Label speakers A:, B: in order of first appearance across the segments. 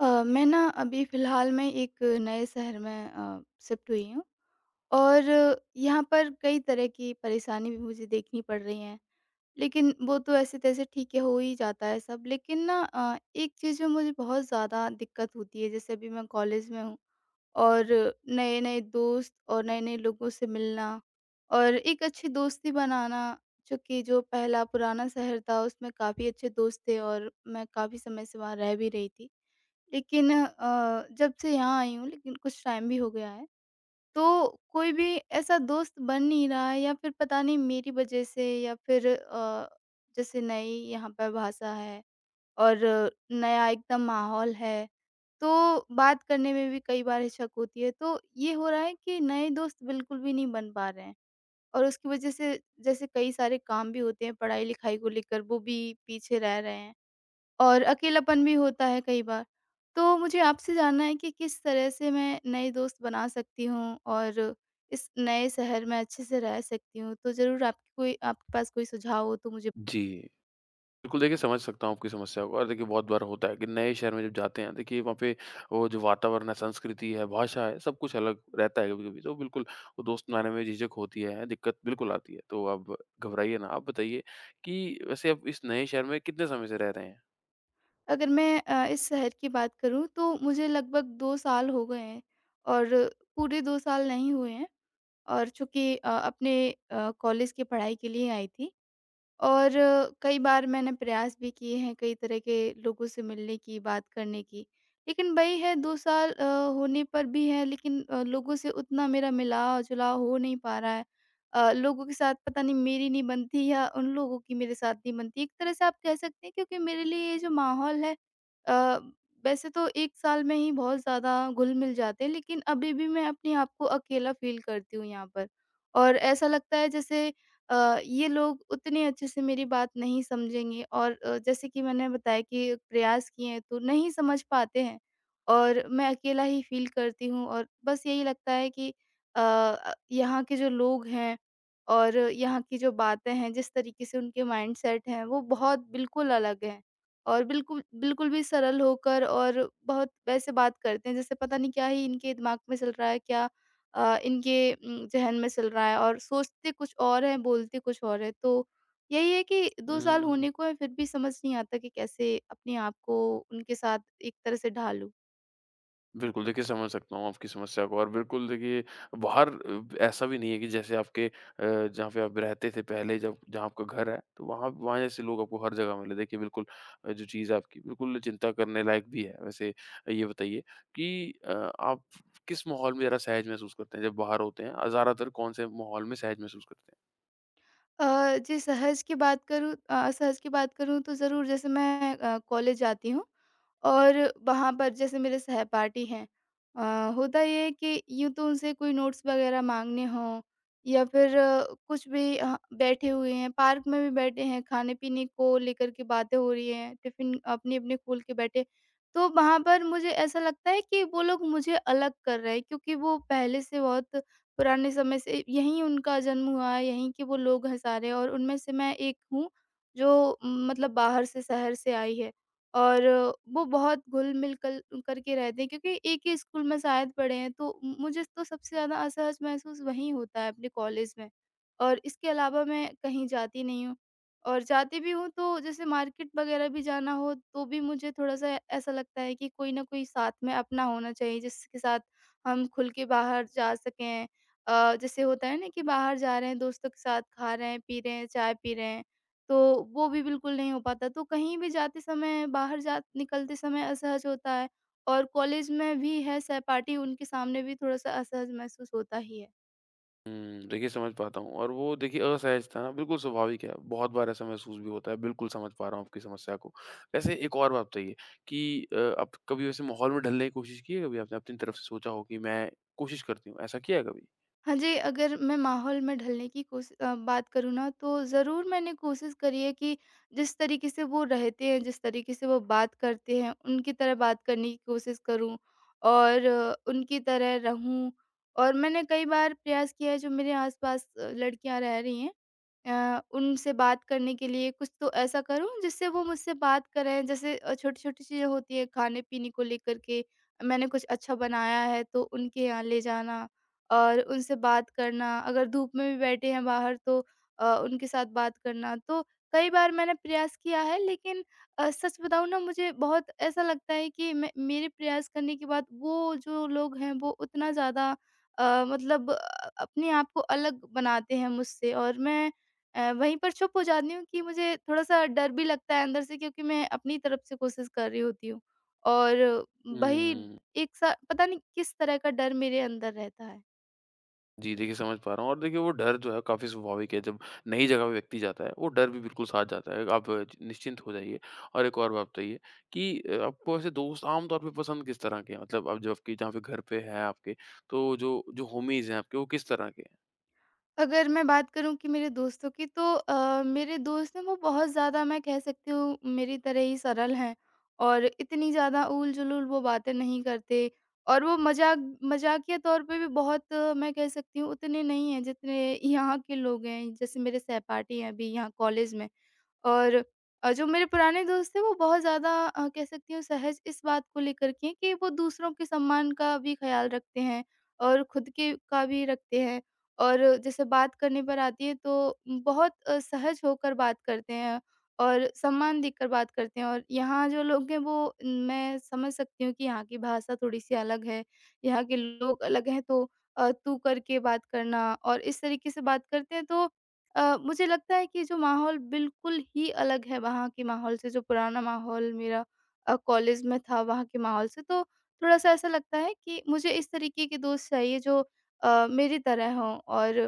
A: मैं ना अभी फ़िलहाल में एक नए शहर में शिफ्ट हुई हूँ और यहाँ पर कई तरह की परेशानी भी मुझे देखनी पड़ रही हैं। लेकिन वो तो ऐसे तैसे ठीक है हो ही जाता है सब लेकिन ना एक चीज़ में मुझे बहुत ज़्यादा दिक्कत होती है। जैसे अभी मैं कॉलेज में हूँ और नए-नए दोस्त और नए-नए लोगों से मिलना और एक अच्छी दोस्ती बनाना, चूँकि जो पहला पुराना शहर था उसमें काफ़ी अच्छे दोस्त थे और मैं काफ़ी समय से वहाँ रह भी रही थी। लेकिन जब से यहाँ आई हूँ, लेकिन कुछ टाइम भी हो गया है, तो कोई भी ऐसा दोस्त बन नहीं रहा है, या फिर पता नहीं मेरी वज़ह से, या फिर जैसे नई यहाँ पर भाषा है और नया एकदम माहौल है, तो बात करने में भी कई बार हिचक होती है। तो ये हो रहा है कि नए दोस्त बिल्कुल भी नहीं बन पा रहे हैं और उसकी वज़ह से जैसे कई सारे काम भी होते हैं पढ़ाई-लिखाई को लेकर, वो भी पीछे रह रहे हैं। और अकेलापन भी होता है कई बार। तो मुझे आपसे जानना है कि किस तरह से मैं नए दोस्त बना सकती हूँ और इस नए शहर में अच्छे से रह सकती हूँ? तो ज़रूर आपकी कोई आपके पास कोई सुझाव हो तो मुझे।
B: जी, बिल्कुल देखिए समझ सकता हूँ आपकी समस्या को और देखिए बहुत बार होता है कि नए शहर में जब जाते हैं देखिए वहाँ पे वो जो वातावरण है, संस्कृति है, भाषा है, सब कुछ अलग रहता है कभी-कभी। तो बिल्कुल वो दोस्त बनाने में झिझक होती है, दिक्कत बिल्कुल आती है। तो आप घबराइए ना, आप बताइए कि वैसे आप इस नए शहर में कितने समय से रह रहे हैं?
A: अगर मैं इस शहर की बात करूँ तो मुझे लगभग 2 साल हो गए हैं, और पूरे 2 साल नहीं हुए हैं। और चूँकि अपने कॉलेज की पढ़ाई के लिए आई थी। और कई बार मैंने प्रयास भी किए हैं कई तरह के लोगों से मिलने की, बात करने की। लेकिन वही है, 2 साल होने पर भी है, लेकिन लोगों से उतना मेरा मिलाव-जुलाव हो नहीं पा रहा है। लोगों के साथ पता नहीं मेरी नहीं बनती, या उन लोगों की मेरे साथ नहीं बनती। एक तरह से आप कह सकते हैं, क्योंकि मेरे लिए ये जो माहौल है, अ, वैसे तो 1 साल में ही बहुत ज़्यादा घुल-मिल जाते हैं, लेकिन अभी भी मैं अपने आप को अकेला फ़ील करती हूँ यहाँ पर। और ऐसा लगता है जैसे ये लोग उतने अच्छे से मेरी बात नहीं समझेंगे, और जैसे कि मैंने बताया कि प्रयास किए हैं, तो नहीं समझ पाते हैं और मैं अकेला ही फील करती हूँ। और बस यही लगता है कि यहाँ के जो लोग हैं और यहाँ की जो बातें हैं, जिस तरीके से उनके माइंडसेट हैं, वो बहुत बिल्कुल अलग हैं। और बिल्कुल बिल्कुल भी सरल होकर और बहुत वैसे बात करते हैं, जैसे पता नहीं क्या ही इनके दिमाग में चल रहा है, क्या इनके ज़हन में चल रहा है, और सोचते कुछ और हैं, बोलते कुछ और हैं। तो यही है कि
B: हुँ,
A: 2 साल
B: हुँ, हुँ।
A: होने को है, फिर भी समझ नहीं आता कि कैसे अपने आप को उनके साथ एक तरह से ढालूँ।
B: बिल्कुल, देखिए समझ सकता हूँ आपकी समस्या को और बिल्कुल देखिए बाहर ऐसा भी नहीं है कि जैसे आपके जहाँ पे आप रहते थे पहले जब जहाँ आपका घर है, तो वहाँ वहाँ जैसे लोग आपको हर जगह मिले। देखिए बिल्कुल जो चीज़ है आपकी बिल्कुल चिंता करने लायक भी है। वैसे ये बताइए कि आप किस माहौल में ज़्यादा सहज महसूस करते हैं जब बाहर होते हैं? ज़्यादातर कौन से माहौल में सहज महसूस करते हैं?
A: जी, सहज की बात करूँ, असहज की बात करूँ, तो ज़रूर जैसे मैं कॉलेज जाती हूँ और वहाँ पर जैसे मेरे सहपाठी हैं, होता ये है कि यूँ तो उनसे कोई नोट्स वगैरह मांगने हों या फिर कुछ भी, बैठे हुए हैं पार्क में भी, बैठे हैं खाने पीने को लेकर के बातें हो रही हैं, टिफिन अपने अपने खोल के बैठे, तो वहाँ पर मुझे ऐसा लगता है कि वो लोग मुझे अलग कर रहे हैं, क्योंकि वो पहले से बहुत पुराने समय से यहीं, उनका जन्म हुआ है, यहीं के वो लोग हैं सारे, और उनमें से मैं एक हूँ जो मतलब बाहर से शहर से आई है। और वो बहुत घुल-मिल कल करके रहते हैं, क्योंकि एक ही स्कूल में शायद पढ़े हैं। तो मुझे तो सबसे ज़्यादा असहज महसूस वहीं होता है, अपने कॉलेज में। और इसके अलावा मैं कहीं जाती नहीं हूँ, और जाती भी हूँ तो जैसे मार्केट वगैरह भी जाना हो तो भी मुझे थोड़ा-सा ऐसा लगता है कि कोई न कोई साथ में अपना होना चाहिए, जिसके साथ हम खुल के बाहर जा सकें। जैसे होता है ना कि बाहर जा रहे हैं, दोस्तों के साथ खा रहे हैं, पी रहे हैं, चाय पी रहे हैं, तो वो भी बिल्कुल नहीं हो पाता। तो कहीं भी जाते समय, बाहर जा निकलते समय असहज होता है, और कॉलेज में भी है सहपाठी, उनके सामने भी थोड़ा-सा असहज महसूस होता ही है।
B: हुँ, देखिए समझ पाता हूँ और वो देखिए असहजता ना बिल्कुल स्वाभाविक है। बहुत बार ऐसा महसूस भी होता है, बिल्कुल समझ पा रहा हूँ आपकी समस्या को। वैसे एक और बात बताइए कि आप कभी वैसे माहौल में ढलने की कोशिश की है कभी आपने अपनी तरफ से सोचा हो कि मैं कोशिश करती हूँ, ऐसा किया है कभी?
A: हाँ जी, अगर मैं माहौल में ढलने की बात करूँ ना, तो ज़रूर मैंने कोशिश करी है कि जिस तरीके से वो रहते हैं, जिस तरीके से वो बात करते हैं, उनकी तरह बात करने की कोशिश करूँ, और उनकी तरह रहूँ। और मैंने कई बार प्रयास किया है, जो मेरे आस-पास लड़कियाँ रह रही हैं, उनसे बात करने के लिए कुछ तो ऐसा करूँ जिससे वो मुझसे बात करें। जैसे छोटी-छोटी चीज़ें होती हैं खाने-पीने को लेकर के, मैंने कुछ अच्छा बनाया है तो उनके यहाँ ले जाना और उनसे बात करना, अगर धूप में भी बैठे हैं बाहर तो उनके साथ बात करना। तो कई बार मैंने प्रयास किया है, लेकिन सच बताऊँ ना, मुझे बहुत ऐसा लगता है कि मैं, मेरे प्रयास करने के बाद वो जो लोग हैं वो उतना ज़्यादा मतलब अपने आप को अलग बनाते हैं मुझसे, और मैं वहीं पर चुप हो जाती हूँ, कि मुझे थोड़ा-सा डर भी लगता है अंदर से, क्योंकि मैं अपनी तरफ से कोशिश कर रही होती हूँ। और वही,
B: हुँ।
A: एक सा पता नहीं किस तरह का डर मेरे अंदर रहता है।
B: जी, देखिए समझ पा रहा हूँ और देखिए वो डर जो है काफ़ी स्वाभाविक है, जब नई जगह पे व्यक्ति जाता है, वो डर भी बिल्कुल साथ जाता है, आप निश्चिंत हो जाइए। और एक और बात बताइए कि आपको ऐसे दोस्त आम तौर पे पसंद किस तरह के हैं? मतलब अब जो आपके जहाँ पे घर पे है आपके, तो जो जो होमीज़ हैं आपके, वो किस तरह के हैं?
A: अगर मैं बात करूँ कि मेरे दोस्तों की, तो मेरे दोस्त हैं वो बहुत ज़्यादा, मैं कह सकती हूँ, मेरी तरह ही सरल हैं, और इतनी ज़्यादा ऊल-जुलूल वो बातें नहीं करते, और वो मज़ाकिया तौर पे भी बहुत, मैं कह सकती हूँ, उतने नहीं हैं जितने यहाँ के लोग हैं। जैसे मेरे सहपाठी हैं अभी यहाँ कॉलेज में। और जो मेरे पुराने दोस्त थे, वो बहुत ज़्यादा, कह सकती हूँ, सहज इस बात को लेकर के कि वो दूसरों के सम्मान का भी ख़्याल रखते हैं और खुद के का भी रखते हैं। और जैसे बात करने पर आती है तो बहुत सहज होकर बात करते हैं और सम्मान देकर बात करते हैं। और यहाँ जो लोग हैं वो न, मैं समझ सकती हूँ कि यहाँ की भाषा थोड़ी-सी अलग है, यहाँ के लोग अलग हैं, तो तू करके बात करना और इस तरीके से बात करते हैं। तो मुझे लगता है कि जो माहौल बिल्कुल ही अलग है वहाँ के माहौल से, जो पुराना माहौल मेरा कॉलेज में था वहाँ के माहौल से, तो थोड़ा-सा ऐसा लगता है कि मुझे इस तरीके के दोस्त चाहिए जो मेरी तरह हों, और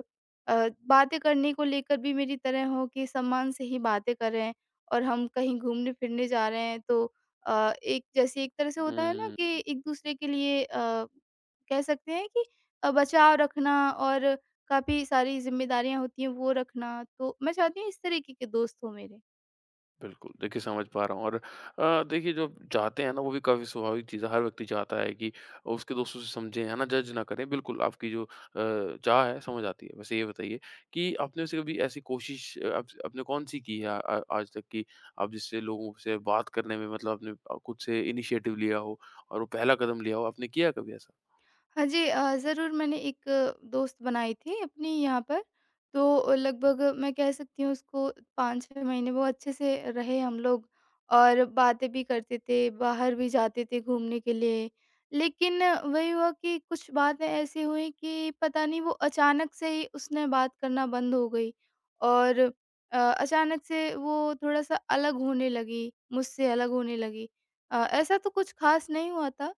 A: बातें करने को लेकर भी मेरी तरह हों, कि सम्मान से ही बातें करें, और हम कहीं घूमने-फिरने जा रहे हैं तो एक जैसे एक तरह से होता है ना
B: हुँ।
A: कि एक-दूसरे के लिए कह सकते हैं कि बचाव रखना और काफ़ी सारी ज़िम्मेदारियाँ होती हैं वो रखना। तो मैं चाहती हूँ इस तरीके के दोस्त हों मेरे।
B: बिल्कुल, देखिए समझ पा रहा हूँ और देखिए जो चाहते हैं ना वो भी काफ़ी स्वाभाविक चीज़ है, हर व्यक्ति चाहता है कि उसके दोस्तों से समझें, है ना? जज ना करें, बिल्कुल आपकी जो चाह है समझ आती है। वैसे ये बताइए कि आपने वैसे कभी ऐसी कोशिश आप आपने कौन-सी की है आज तक कि आप जिससे लोगों से बात करने में मतलब आपने खुद से इनिशिएटिव लिया हो और वो पहला कदम लिया हो, आपने किया है कभी ऐसा?
A: हाँ जी, ज़रूर मैंने एक दोस्त बनाई थी अपने यहाँ पर। तो लगभग मैं कह सकती हूँ उसको 5-6 महीने वो अच्छे से रहे हम लोग, और बातें भी करते थे, बाहर भी जाते थे घूमने के लिए। लेकिन वही हुआ कि कुछ बातें ऐसी हुई कि पता नहीं वो अचानक से ही उसने बात करना बंद हो गई, और अचानक से वो थोड़ा-सा अलग होने लगी, मुझसे अलग होने लगी। ऐसा तो कुछ ख़ास नहीं हुआ था,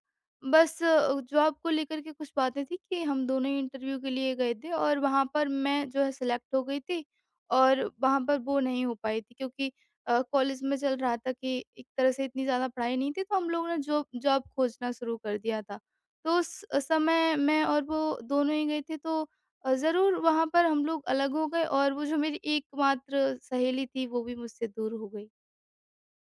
A: बस जॉब को लेकर के कुछ बातें थी, कि हम दोनों ही इंटरव्यू के लिए गए थे, और वहाँ पर मैं जो है सिलेक्ट हो गई थी, और वहाँ पर वो नहीं हो पाई थी। क्योंकि कॉलेज में चल रहा था कि एक तरह से इतनी ज़्यादा पढ़ाई नहीं थी, तो हम लोगों ने जॉब जॉब खोजना शुरू कर दिया था। तो उस समय मैं और वो दोनों ही गए थे, तो ज़रूर वहाँ पर हम लोग अलग हो गए, और वो जो मेरी एकमात्र सहेली थी वो भी मुझसे दूर हो गई।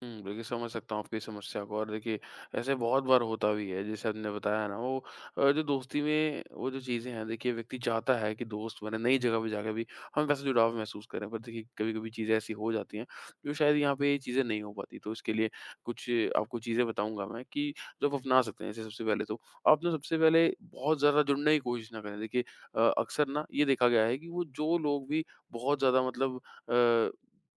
B: हुँ, बिल्कुल समझ सकता हूँ आपकी समस्या को और देखिए ऐसे बहुत बार होता भी है। जैसे आपने बताया ना वो जो दोस्ती में वो जो चीज़ें हैं देखिए व्यक्ति चाहता है कि दोस्त बने, नई जगह पे जाके भी हम वैसा जुड़ाव महसूस करें। पर देखिए कभी-कभी चीज़ें ऐसी हो जाती हैं जो शायद यहाँ पे ये चीज़ें नहीं हो पाती। तो इसके लिए कुछ आपको चीज़ें बताऊँगा मैं कि जो आप अपना सकते हैं। जैसे सबसे पहले तो आप ना सबसे पहले बहुत ज़्यादा जुड़ने की कोशिश ना करें। देखिए अक्सर ना ये देखा गया है कि वो जो लोग भी बहुत ज़्यादा मतलब अ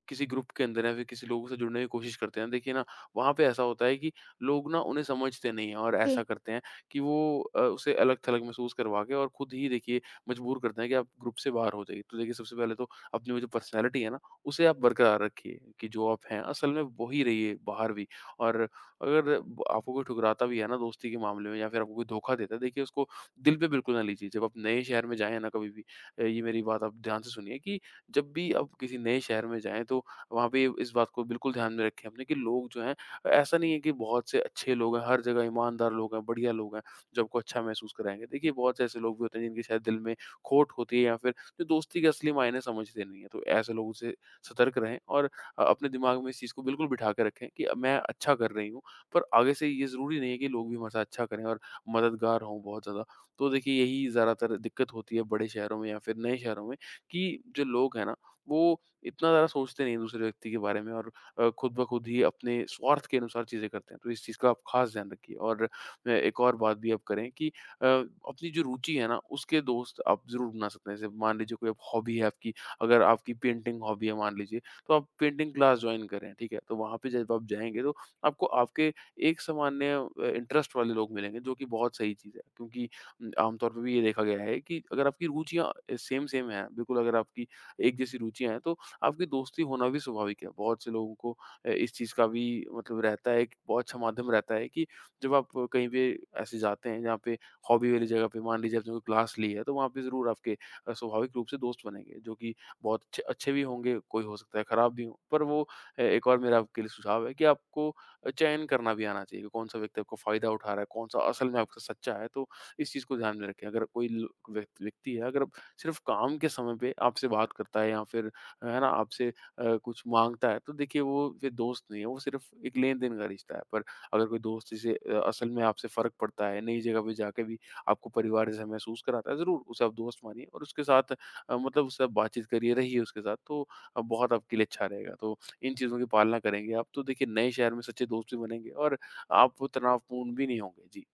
B: किसी ग्रुप के अंदर या फिर किसी लोगों से जुड़ने की कोशिश करते हैं, देखिए ना वहाँ पे ऐसा होता है कि लोग ना उन्हें समझते नहीं हैं और
A: जी।
B: ऐसा करते हैं कि वो उसे अलग-थलग महसूस करवा के और खुद ही देखिए मजबूर करते हैं कि आप ग्रुप से बाहर हो जाइए। तो देखिए सबसे पहले तो अपनी वो जो पर्सनैलिटी है ना, उसे आप बरकरार रखिए कि जो आप हैं असल में वही रहिए बाहर भी और अगर ब आपको कोई ठुकराता भी है ना दोस्ती के मामले में या फिर आपको कोई धोखा देता है, देखिए उसको दिल पे बिल्कुल ना लीजिए। जब आप नए शहर में जाएँ ना कभी भी ये मेरी बात आप ध्यान से सुनिए कि जब भी आप किसी नए शहर में जाएँ तो वहाँ पे इस बात को बिल्कुल ध्यान में रखें अपने कि लोग जो हैं ऐसा नहीं है कि बहुत से अच्छे लोग हैं, हर जगह ईमानदार लोग हैं, बढ़िया लोग हैं, जो आपको अच्छा महसूस कराएँगे। देखिए बहुत से ऐसे लोग भी होते हैं जिनके शायद दिल में खोट होती है या फिर जो दोस्ती के असली मायने समझते नहीं हैं। तो ऐसे लोगों से सतर्क रहें और अपने दिमाग में इस चीज़ को बिल्कुल बिठा के रखें कि मैं अच्छा कर रही हूँ, पर आगे से ये ज़रूरी नहीं है कि लोग भी हमारे साथ अच्छा करें और मददगार हों बहुत ज़्यादा। तो देखिए यही ज़्यादातर दिक्कत होती है बड़े शहरों में या फिर नए शहरों में कि जो लोग हैं ना, वो इतना ज़्यादा सोचते नहीं हैं दूसरे व्यक्ति के बारे में और खुद ब खुद ही अपने स्वार्थ के अनुसार चीज़ें करते हैं। तो इस चीज़ का आप ख़ास ध्यान रखिए और एक और बात भी आप करें कि अपनी जो रुचि है ना, उसके दोस्त आप ज़रूर बना सकते हैं। जैसे मान लीजिए कोई हॉबी है आपकी, अगर आपकी पेंटिंग हॉबी है मान लीजिए, तो आप पेंटिंग क्लास जॉइन करें, ठीक है? तो वहाँ पे जब आप जाएँगे तो आपको आपके एक सामान्य इंटरेस्ट वाले लोग मिलेंगे, जो कि बहुत सही चीज़ है। क्योंकि आमतौर पे भी ये देखा गया है कि अगर आपकी रुचियाँ सेम सेम हैं, बिल्कुल अगर आपकी एक जैसी रुचियाँ हैं, तो आपकी दोस्ती होना भी स्वाभाविक है। बहुत से लोगों को इस चीज़ का भी मतलब रहता है, एक बहुत अच्छा माध्यम रहता है कि जब आप कहीं पे ऐसे जाते हैं जहाँ पे हॉबी वाली जगह पे मान लीजिए आपने कोई क्लास ली है, तो वहाँ पे ज़रूर आपके स्वाभाविक रूप से दोस्त बनेंगे, जो कि बहुत अच्छे अच्छे भी होंगे, कोई हो सकता है खराब भी हो। पर वो एक और मेरा आपके लिए सुझाव है कि आपको चयन करना भी आना चाहिए कि कौन-सा व्यक्ति आपको फ़ायदा उठा रहा है, कौन-सा असल में आपका सच्चा है। तो इस चीज़ को ध्यान में रखें। अगर कोई ल व्यक्ति व्यक्ति है, अगर सिर्फ़ काम के समय पे आपसे बात करता है या फिर है ना, आपसे कुछ माँगता है, तो देखिए वो फिर दोस्त नहीं है, वो सिर्फ़ एक लेन-देन का रिश्ता है। पर अगर कोई दोस्त जिसे असल में आपसे फ़र्क पड़ता है, नई जगह पे जाके भी आपको परिवार जैसा महसूस कराता है, ज़रूर उसे आप दोस्त मानिए और उसके साथ मतलब उससे आप बातचीत करिए, रहिए उसके साथ, तो बहुत आपके लिए अच्छा रहेगा। तो इन चीज़ों की पालना करेंगे आप, तो देखिए नए शहर में सच्चे दोस्त भी बनेंगे और आप वो तनावपूर्ण भी नहीं होंगे। जी।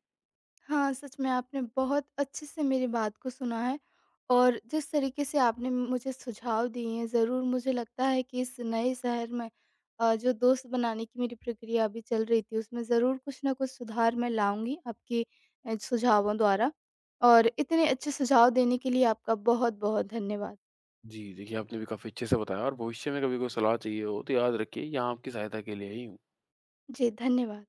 A: हाँ, सच में आपने बहुत अच्छे से मेरी बात को सुना है, और जिस तरीके से आपने मुझे सुझाव दिए हैं, ज़रूर मुझे लगता है कि इस नए शहर में जो दोस्त बनाने की मेरी प्रक्रिया अभी चल रही थी, उसमें ज़रूर कुछ न कुछ सुधार मैं लाऊँगी आपके सुझावों द्वारा। और इतने अच्छे सुझाव देने के लिए आपका बहुत-बहुत धन्यवाद।
B: जी, देखिए आपने भी काफ़ी अच्छे से बताया और भविष्य में कभी कोई सलाह चाहिए हो तो याद रखिए यहाँ आपकी सहायता के लिए ही हूँ।
A: जी, धन्यवाद।